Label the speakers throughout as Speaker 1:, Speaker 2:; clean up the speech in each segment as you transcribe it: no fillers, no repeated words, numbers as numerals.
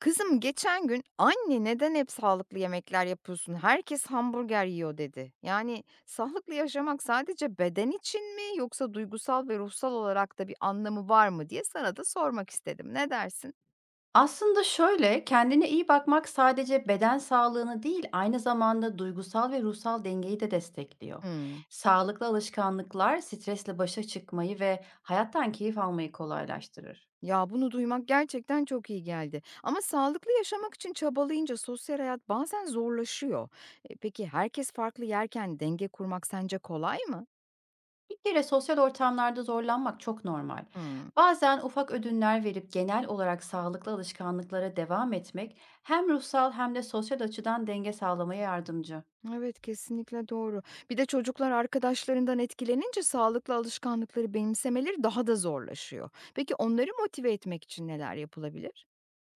Speaker 1: Kızım geçen gün "Anne, neden hep sağlıklı yemekler yapıyorsun? Herkes hamburger yiyor." dedi. Yani sağlıklı yaşamak sadece beden için mi yoksa duygusal ve ruhsal olarak da bir anlamı var mı diye sana da sormak istedim. Ne dersin?
Speaker 2: Aslında şöyle, kendine iyi bakmak sadece beden sağlığını değil, aynı zamanda duygusal ve ruhsal dengeyi de destekliyor.
Speaker 1: Hımm.
Speaker 2: Sağlıklı alışkanlıklar stresle başa çıkmayı ve hayattan keyif almayı kolaylaştırır.
Speaker 1: Ya, bunu duymak gerçekten çok iyi geldi ama sağlıklı yaşamak için çabalayınca sosyal hayat bazen zorlaşıyor. E, peki herkes farklı yerken denge kurmak sence kolay mı?
Speaker 2: Bir kere sosyal ortamlarda zorlanmak çok normal.
Speaker 1: Hıı.
Speaker 2: Bazen ufak ödünler verip genel olarak sağlıklı alışkanlıklara devam etmek hem ruhsal hem de sosyal açıdan denge sağlamaya yardımcı.
Speaker 1: Evet, kesinlikle doğru. Bir de çocuklar arkadaşlarından etkilenince sağlıklı alışkanlıkları benimsemeleri daha da zorlaşıyor. Peki onları motive etmek için neler yapılabilir?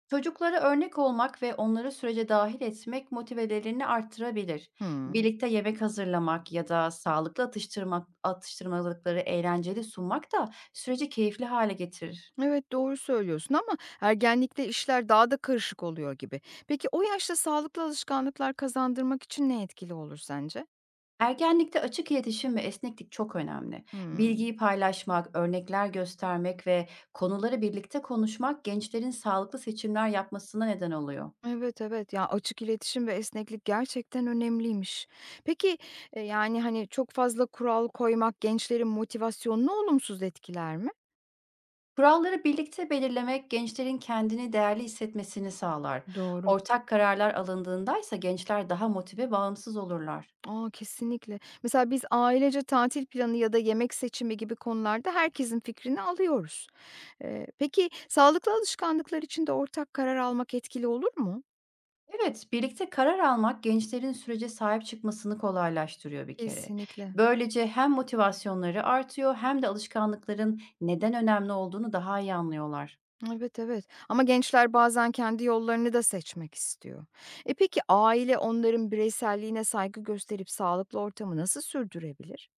Speaker 2: Çocuklara örnek olmak ve onları sürece dahil etmek motivelerini arttırabilir.
Speaker 1: Hmm.
Speaker 2: Birlikte yemek hazırlamak ya da sağlıklı atıştırmalıkları eğlenceli sunmak da süreci keyifli hale getirir.
Speaker 1: Evet doğru söylüyorsun ama ergenlikte işler daha da karışık oluyor gibi. Peki o yaşta sağlıklı alışkanlıklar kazandırmak için ne etkili olur sence?
Speaker 2: Ergenlikte açık iletişim ve esneklik çok önemli.
Speaker 1: Hmm.
Speaker 2: Bilgiyi paylaşmak, örnekler göstermek ve konuları birlikte konuşmak gençlerin sağlıklı seçimler yapmasına neden oluyor.
Speaker 1: Evet evet ya açık iletişim ve esneklik gerçekten önemliymiş. Peki yani hani çok fazla kural koymak gençlerin motivasyonunu olumsuz etkiler mi?
Speaker 2: Kuralları birlikte belirlemek gençlerin kendini değerli hissetmesini sağlar.
Speaker 1: Doğru.
Speaker 2: Ortak kararlar alındığında ise gençler daha motive, bağımsız olurlar.
Speaker 1: A, kesinlikle. Mesela biz ailece tatil planı ya da yemek seçimi gibi konularda herkesin fikrini alıyoruz. Peki sağlıklı alışkanlıklar için de ortak karar almak etkili olur mu?
Speaker 2: Evet, birlikte karar almak gençlerin sürece sahip çıkmasını kolaylaştırıyor bir kere.
Speaker 1: Kesinlikle.
Speaker 2: Böylece hem motivasyonları artıyor hem de alışkanlıkların neden önemli olduğunu daha iyi anlıyorlar.
Speaker 1: Evet, evet. Ama gençler bazen kendi yollarını da seçmek istiyor. E peki aile onların bireyselliğine saygı gösterip sağlıklı ortamı nasıl sürdürebilir?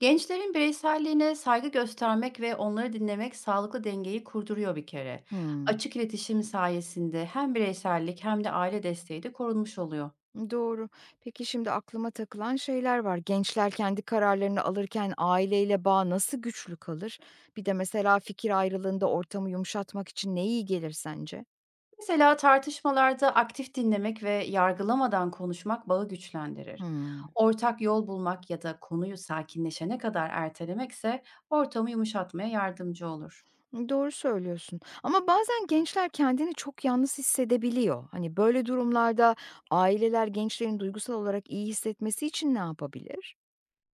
Speaker 2: Gençlerin bireyselliğine saygı göstermek ve onları dinlemek sağlıklı dengeyi kurduruyor bir kere,
Speaker 1: Hmm.
Speaker 2: açık iletişim sayesinde hem bireysellik hem de aile desteği de korunmuş oluyor.
Speaker 1: Doğru. Peki şimdi aklıma takılan şeyler var. Gençler kendi kararlarını alırken aileyle bağ nasıl güçlü kalır? Bir de mesela fikir ayrılığında ortamı yumuşatmak için ne iyi gelir sence?
Speaker 2: Mesela tartışmalarda aktif dinlemek ve yargılamadan konuşmak bağı güçlendirir.
Speaker 1: Hmm.
Speaker 2: Ortak yol bulmak ya da konuyu sakinleşene kadar ertelemekse ortamı yumuşatmaya yardımcı olur.
Speaker 1: Doğru söylüyorsun. Ama bazen gençler kendini çok yalnız hissedebiliyor. Hani böyle durumlarda aileler gençlerin duygusal olarak iyi hissetmesi için ne yapabilir?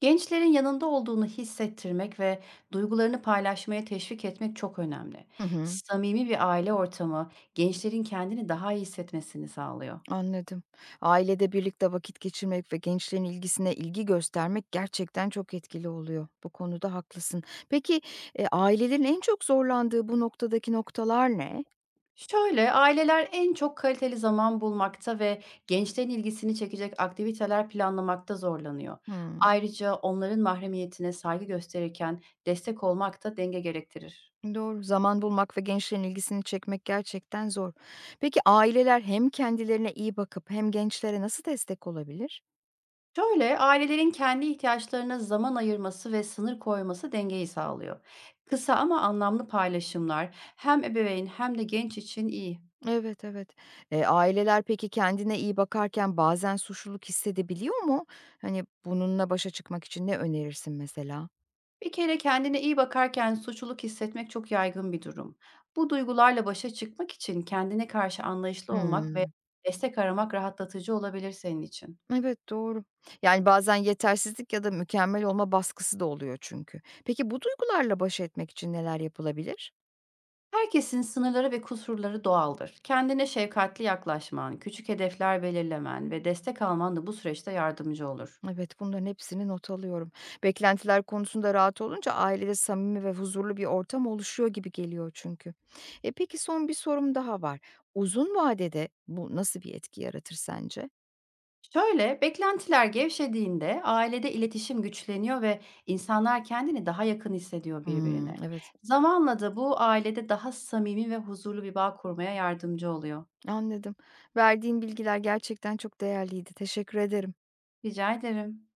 Speaker 2: Gençlerin yanında olduğunu hissettirmek ve duygularını paylaşmaya teşvik etmek çok önemli.
Speaker 1: Hı hı.
Speaker 2: Samimi bir aile ortamı gençlerin kendini daha iyi hissetmesini sağlıyor.
Speaker 1: Anladım. Ailede birlikte vakit geçirmek ve gençlerin ilgisine ilgi göstermek gerçekten çok etkili oluyor. Bu konuda haklısın. Peki, ailelerin en çok zorlandığı bu noktadaki noktalar ne?
Speaker 2: Şöyle, aileler en çok kaliteli zaman bulmakta ve gençlerin ilgisini çekecek aktiviteler planlamakta zorlanıyor.
Speaker 1: Hımm.
Speaker 2: Ayrıca onların mahremiyetine saygı gösterirken destek olmak da denge gerektirir.
Speaker 1: Doğru, zaman bulmak ve gençlerin ilgisini çekmek gerçekten zor. Peki aileler hem kendilerine iyi bakıp hem gençlere nasıl destek olabilir?
Speaker 2: Şöyle, ailelerin kendi ihtiyaçlarına zaman ayırması ve sınır koyması dengeyi sağlıyor. Kısa ama anlamlı paylaşımlar hem ebeveyn hem de genç için iyi.
Speaker 1: Evet, evet. Aileler peki kendine iyi bakarken bazen suçluluk hissedebiliyor mu? Hani, bununla başa çıkmak için ne önerirsin mesela?
Speaker 2: Bir kere kendine iyi bakarken suçluluk hissetmek çok yaygın bir durum. Bu duygularla başa çıkmak için kendine karşı anlayışlı olmak ve
Speaker 1: Hımm.
Speaker 2: destek aramak rahatlatıcı olabilir senin için.
Speaker 1: Evet, doğru. Yani, bazen yetersizlik ya da mükemmel olma baskısı da oluyor çünkü. Peki bu duygularla baş etmek için neler yapılabilir?
Speaker 2: Herkesin sınırları ve kusurları doğaldır. Kendine şefkatli yaklaşman, küçük hedefler belirlemen ve destek alman da bu süreçte yardımcı olur.
Speaker 1: Evet, bunların hepsini not alıyorum. Beklentiler konusunda rahat olunca ailede samimi ve huzurlu bir ortam oluşuyor gibi geliyor çünkü. E, peki son bir sorum daha var. Uzun vadede bu nasıl bir etki yaratır sence?
Speaker 2: Şöyle, beklentiler gevşediğinde ailede iletişim güçleniyor ve insanlar kendini daha yakın hissediyor
Speaker 1: Hımm,
Speaker 2: birbirine.
Speaker 1: evet,
Speaker 2: Zamanla da bu ailede daha samimi ve huzurlu bir bağ kurmaya yardımcı oluyor.
Speaker 1: anladım. Verdiğin bilgiler gerçekten çok değerliydi. Teşekkür ederim.
Speaker 2: Rica ederim.